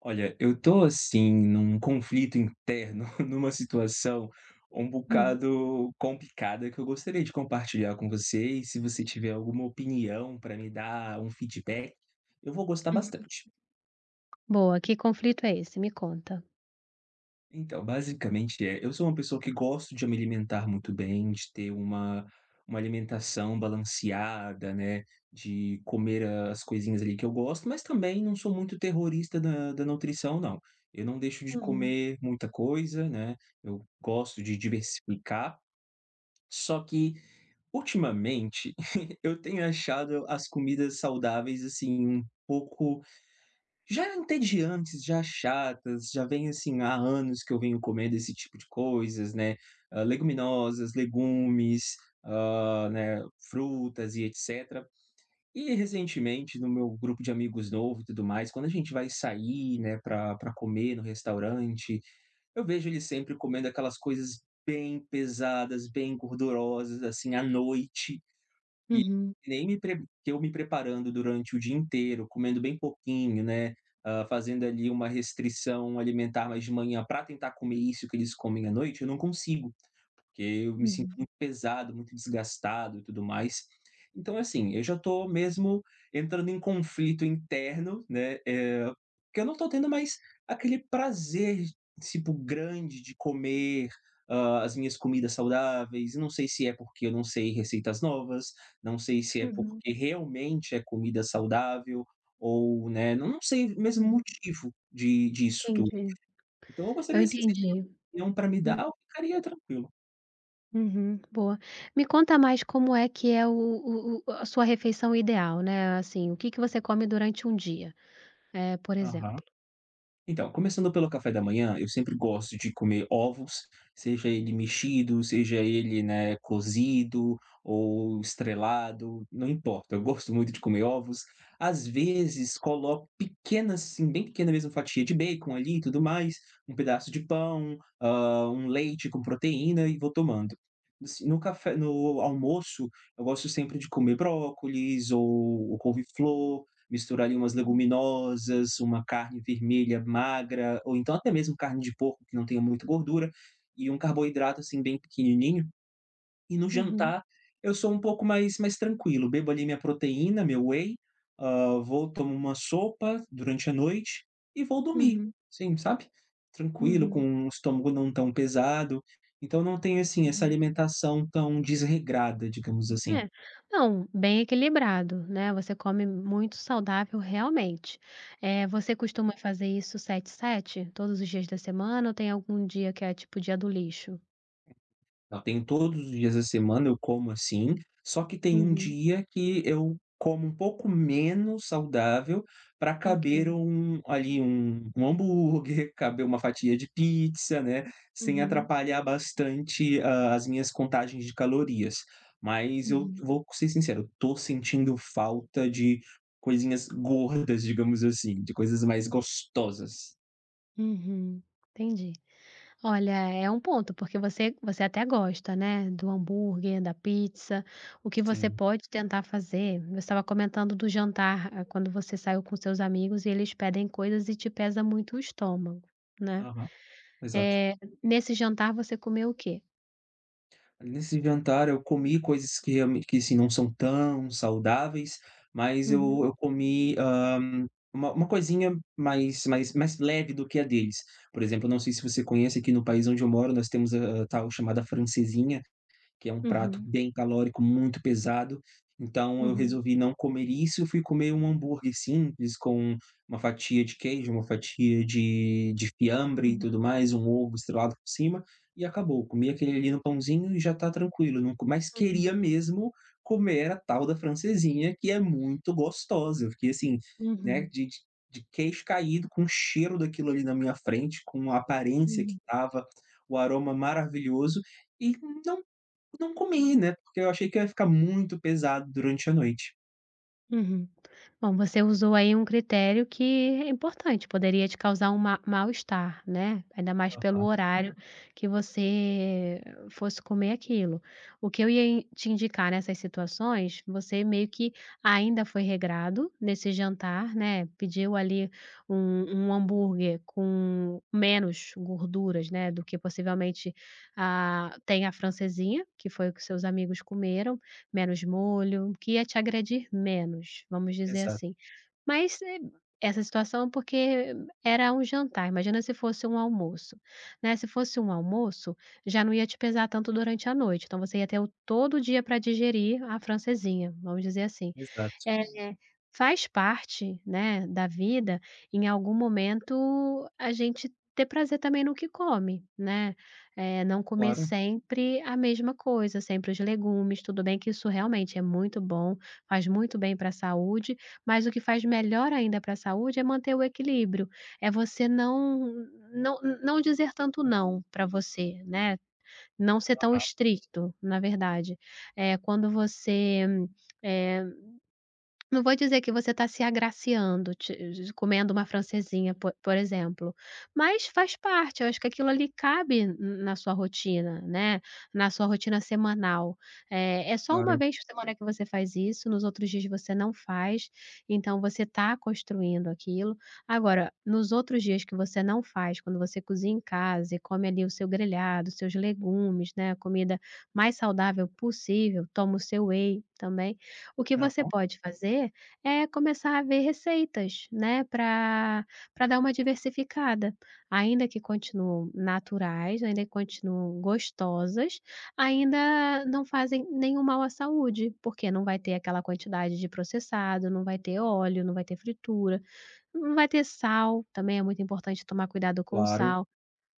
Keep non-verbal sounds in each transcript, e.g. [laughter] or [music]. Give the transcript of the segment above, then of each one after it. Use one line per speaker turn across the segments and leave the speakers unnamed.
Olha, eu tô assim num conflito interno, [laughs] numa situação um
Uhum,
bocado complicada que eu gostaria de compartilhar com você, e se você tiver alguma opinião para me dar um feedback, eu vou gostar
uhum.
bastante.
Boa, que conflito é esse? Me conta.
Então, basicamente é, eu sou uma pessoa que gosto de me alimentar muito bem, de ter uma alimentação balanceada, né, de comer as coisinhas ali que eu gosto, mas também não sou muito terrorista da nutrição não. Eu não deixo de
Uhum,
comer muita coisa, né, eu gosto de diversificar, só que ultimamente [laughs] eu tenho achado as comidas saudáveis, assim, um pouco já eram entediantes, já chatas, já vem, assim, há anos que eu venho comendo esse tipo de coisas, né, leguminosas, legumes, né, frutas e etcétera. E recentemente, no meu grupo de amigos novo e tudo mais, quando a gente vai sair, né, para comer no restaurante, eu vejo eles sempre comendo aquelas coisas bem pesadas, bem gordurosas, assim, à noite. E
uhum,
nem me pre que eu me preparando durante o dia inteiro, comendo bem pouquinho, né, fazendo ali uma restrição alimentar mais de manhã para tentar comer isso que eles comem à noite, eu não consigo. Porque eu me sinto
uhum,
muito pesado, muito desgastado e tudo mais. Então, assim, eu já estou mesmo entrando em conflito interno, né, porque eu não estou tendo mais aquele prazer, tipo, grande de comer, as minhas comidas saudáveis. Não sei se é porque eu não sei receitas novas, não sei se é
uhum,
porque realmente é comida saudável ou, né, não sei mesmo o
uhum.
motivo de disso tudo.
Entendi.
Então eu
Eu
gostaria, assim, se tiver
entendi.
opinião para me
Hum.
dar, eu ficaria tranquilo.
Uhum, boa. Me conta mais como é que é o a sua refeição ideal, né, assim, o que que você come durante um dia, por
Aham.
exemplo?
Então, começando pelo café da manhã, eu sempre gosto de comer ovos, seja ele mexido, seja ele, né, cozido ou estrelado, não importa. Eu gosto muito de comer ovos. Às vezes coloco pequenas, assim, bem pequena mesmo fatia de bacon ali e tudo mais, um pedaço de pão, ah, um leite com proteína e vou tomando. Assim, no café, no almoço, eu gosto sempre de comer brócolis ou couve-flor, misturar ali umas
Uhum,
leguminosas, uma carne vermelha magra, ou então até mesmo carne de porco que não tenha muita gordura, e um carboidrato, assim, bem pequenininho. E no
uhum,
jantar eu sou um pouco mais tranquilo, bebo ali minha proteína, meu whey, hã, vou tomo uma sopa durante a noite e vou dormir,
uhum,
sim, sabe, tranquilo, com
uhum,
um estômago não tão pesado, então não tenho, assim, essa
uhum.
alimentação tão desregrada, digamos assim.
É. Não, bem equilibrado, né, você come muito saudável realmente. Você costuma fazer isso sete, todos os dias da semana ou tem algum dia que é tipo dia do lixo?
Não, tem todos os dias da semana eu como assim, só que tem um
Uhum,
dia que eu como um pouco menos saudável para caber
ok.
um ali um hambúrguer, [laughs] caber uma fatia de pizza, né, sem
Uhum,
atrapalhar bastante a as minhas contagens de calorias. Mas eu
uhum,
vou ser sincero, eu tô sentindo falta de coisinhas gordas, [laughs] digamos assim, de coisas mais gostosas.
uhum, entendi. Olha, é um ponto, porque você até gosta, né, do hambúrguer, da pizza, o que você
Sim.
pode tentar fazer você estava comentando do jantar, quando você saiu com seus amigos e eles pedem coisas e te pesa muito o estômago, né.
Aham, exato.
Eh, Nesse jantar você comeu o quê?
Nesse jantar eu comi coisas que realmen que assim, não são tão saudáveis, mas eu
Uhum,
eu comi, uma coisinha mais leve do que a deles. Por exemplo, eu não sei se você conhece, aqui no país onde eu moro, nós temos a tal chamada francesinha, que é um prato
uhum,
bem calórico, muito pesado. Então eu
uhum,
resolvi não comer isso, fui comer um hambúrguer simples com uma fatia de queijo, uma fatia de fiambre e
uhum,
tudo mais, um ovo estrelado por cima e acabou. Comi aquele ali no pãozinho e já tá tranquilo, não co mas
uhum,
queria mesmo comer a tal da francesinha, que é muito gostosa. Eu fiquei assim, né,
uhum,
de queixo caído com o cheiro daquilo ali na minha frente, com a aparência que
uhum,
tava, o aroma maravilhoso e não não comi, né, porque eu achei que ia ficar muito pesado durante a noite.
uhum. Bom, você usou aí um critério que é importante, poderia te causar um ma mal-estar, né, ainda mais pelo
Aham.
horário. Uhum. Que você fosse comer aquilo. O que eu ia in te indicar nessas situações, você meio que ainda foi regrado nesse jantar, né, pediu ali um um hambúrguer com menos gorduras, né, do que possivelmente, tem a francesinha, que foi o que seus amigos comeram menos molho, que ia te agredir menos, vamos dizer
Exato,
assim. Mas, essa situação porque era um jantar, imagina se fosse um almoço, né, se fosse um almoço, já não ia te pesar tanto durante a noite, então você ia ter o todo o dia para digerir a francesinha, vamos dizer assim.
exato.
Eh, Faz parte, né, da vida, em algum momento, a gente ter prazer também no que come, né, não comer
Claro,
sempre a mesma coisa, sempre os legumes, tudo bem que isso realmente é muito bom, faz muito bem para a saúde, mas o que faz melhor ainda para a saúde é manter o equilíbrio, é você não não dizer tanto "não" para você, né, não ser tão
ah,
estricto, na verdade. Quando você, eh não vou dizer que você está se agraciando, ti comendo uma francesinha, po por exemplo, mas faz parte, eu acho que aquilo ali na sua rotina, né, na sua rotina semanal. É só uma
claro.
vez por semana que você faz isso, nos outros dias você não faz, então você está construindo aquilo. Agora, nos outros dias que você não faz, quando você cozinha em casa e come ali o seu grelhado, os seus legumes, né, a comida mais saudável possível, toma o seu whey também, o que você
Aham,
pode fazer é começar a ver receitas, né, para dar uma diversificada, ainda que continuam naturais, ainda que continuam gostosas, ainda não fazem nenhum mal à saúde, porque não vai ter aquela quantidade de processado, não vai ter óleo, não vai ter fritura, não vai ter sal, também é muito importante tomar cuidado com o
claro.
sal,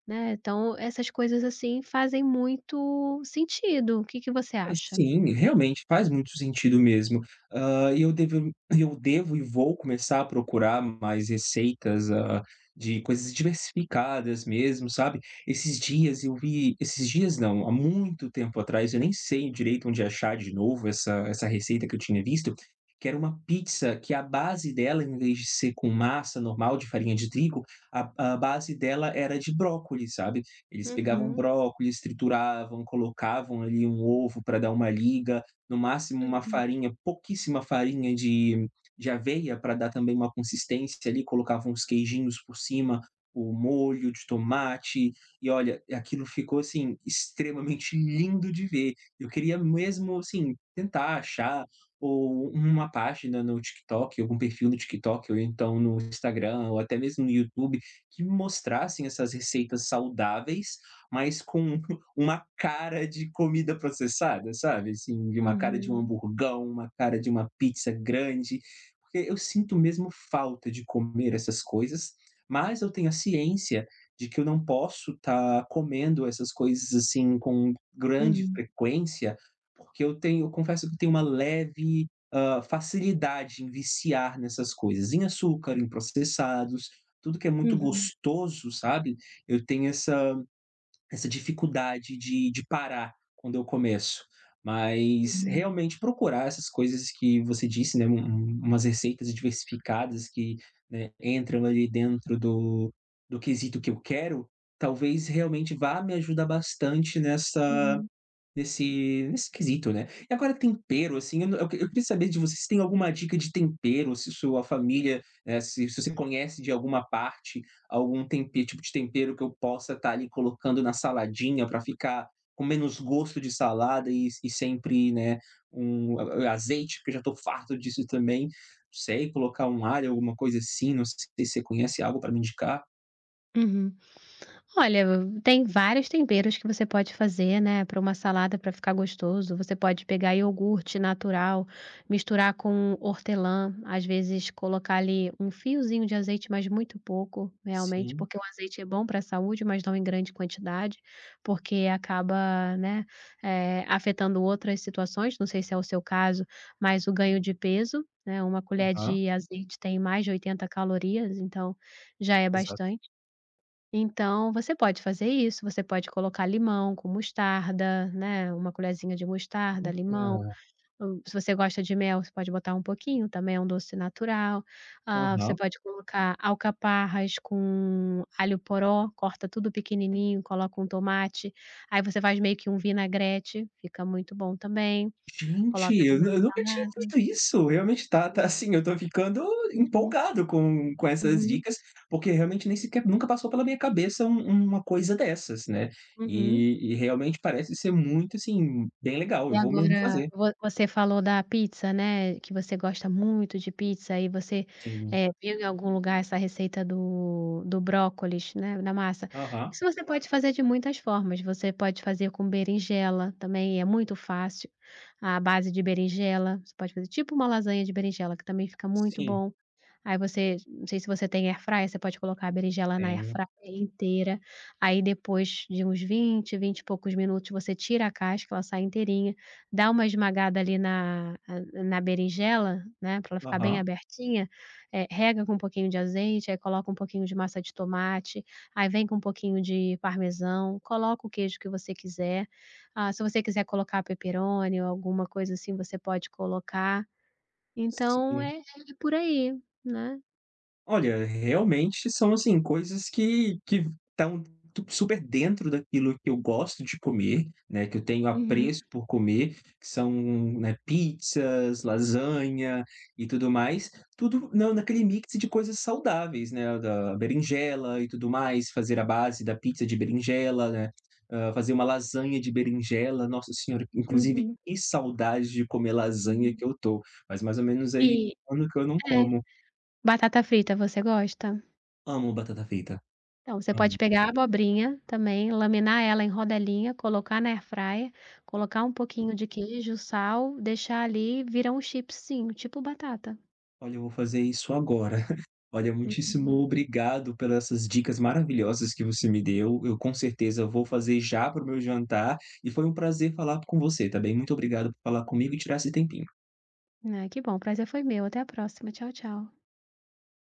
né. Então essas coisas, assim, fazem muito sentido. O que que você acha?
Sim, realmente faz muito sentido mesmo. E eu devo e vou começar a procurar mais receitas, de coisas diversificadas mesmo, sabe. Esses dias eu vi esses dias não, há muito tempo atrás, eu nem sei direito onde achar de novo essa receita que eu tinha visto, que era uma pizza que a base dela, em vez de ser com massa normal de farinha de trigo, a base dela era de brócolis, sabe. Eles pegavam
Uhum,
brócolis, trituravam, colocavam ali um ovo para dar uma liga, no máximo uma
uhum,
farinha, pouquíssima farinha de aveia para dar também uma consistência ali, colocavam os queijinhos por cima, o molho de tomate, e olha, aquilo ficou, assim, extremamente [laughs] lindo de ver. Eu queria mesmo, assim, tentar achar ou uma página no TikTok, algum perfil no TikTok ou então no Instagram ou até mesmo no YouTube que mostrassem essas receitas saudáveis, mas com [laughs] uma cara de comida processada, sabe, assim, de uma cara de um
uhum.
hamburgão, uma cara de uma pizza grande, porque eu sinto mesmo falta de comer essas coisas, mas eu tenho a ciência de que eu não posso estar comendo essas coisas, assim, com grande
Uhum,
frequência, porque eu confesso que eu tenho uma leve, facilidade em viciar nessas coisas, em açúcar, em processados, tudo que é muito
uhum,
gostoso, sabe, eu tenho essa dificuldade de parar quando eu começo. Mas
uhum,
realmente procurar essas coisas que você disse, né, umas receitas diversificadas que, né, entram ali dentro do quesito que eu quero, talvez realmente vá me ajudar bastante nessa
uhum,
Nesse nesse quesito, né. E agora tempero, assim, eu queria saber de você se tem alguma dica de tempero, se sua família, se você conhece de alguma parte, algum tempe tipo de tempero que eu possa estar ali colocando na saladinha para ficar com menos gosto de salada e sempre, né, um a azeite, porque eu já estou farto disso também. Não sei, colocar um alho, alguma coisa assim, não sei se você conhece algo para me indicar.
uhum. Olha, tem vários temperos que você pode fazer, né, para uma salada para ficar gostoso. Você pode pegar iogurte natural, misturar com hortelã, às vezes colocar ali um fiozinho de azeite, mas muito pouco, realmente,
Sim,
porque o azeite é bom para a saúde, mas não em grande quantidade, porque acaba, né, afetando outras situações. Não sei se é o seu caso, mas o ganho de peso, né, uma colher
aham,
de azeite tem mais de 80 calorias, então já é
exato.
bastante. Então, você pode fazer isso, você pode colocar limão com mostarda, né, uma colherzinha de mostarda, limão,
É,
se você gosta de mel, você pode botar um pouquinho, também é um doce natural. Ah, você
aham.
pode colocar alcaparras com alho poró, corta tudo pequenininho, coloca um tomate, aí você faz meio que um vinagrete, fica muito bom também,
Gente,
coloca ali na
eu nunca tinha
salada.
visto isso. Realmente tá assim, eu tô ficando
Uhum,
empolgado com essas
uhum,
dicas, porque realmente nem sequer nunca passou pela minha cabeça uma coisa dessas, né.
uhum.
E realmente parece ser muito, assim, bem legal,
E
eu vou mesmo
agora,
fazer.
vo você falou da pizza, né, que você gosta muito de pizza e você,
Sim.
viu em algum lugar essa receita do brócolis, né, na massa.
Aham.
Isso você pode fazer de muitas formas, você pode fazer com berinjela também, é muito fácil. A base de berinjela, você pode fazer tipo uma lasanha de berinjela que também fica muito
Sim,
bom. Aí você não sei se você tem air fryer, você pode colocar a berinjela na air
tenho.
fryer inteira, aí depois de uns 20, 20 e poucos minutos, você tira a casca, ela sai inteirinha, dá uma esmagada ali na berinjela, né, para ela ficar bem
Aham.
abertinha, rega com um pouquinho de azeite, aí coloca um pouquinho de massa de tomate, aí vem com um pouquinho de parmesão, coloca o queijo que você quiser. Ah, se você quiser colocar pepperoni ou alguma coisa assim, você pode colocar. Então
Sim.
é por aí, né.
Olha, realmente são, assim, coisas que estão tu super dentro daquilo que eu gosto de comer, né, que eu tenho
Uhum,
apreço por comer, que são, né, pizzas, lasanha e tudo mais, tudo na naquele mix de coisas saudáveis, né, da berinjela e tudo mais, fazer a base da pizza de berinjela, né, fazer uma lasanha de berinjela, nossa senhora, inclusive
uhum,
que saudade de comer lasanha
uhum.
que eu tô. Mas mais ou menos
E
aí um ano que eu não
é,
como.
batata frita você gosta?
Amo batata frita.
Então, você pode
Amo.
pegar a abobrinha também, laminar ela em rodelinha, colocar na airfryer, colocar um pouquinho de queijo, sal, deixar ali, vira um chipsinho, tipo batata.
Olha, eu vou fazer isso agora. [laughs] Olha, muitíssimo
Uhum.
obrigado pelas essas dicas maravilhosas que você me deu. Eu com certeza vou fazer já para o meu jantar e foi um prazer falar com você, tá bem? Muito obrigado por falar comigo e tirar esse tempinho.
Ai, que bom, o prazer foi meu, até a próxima, tchau, tchau.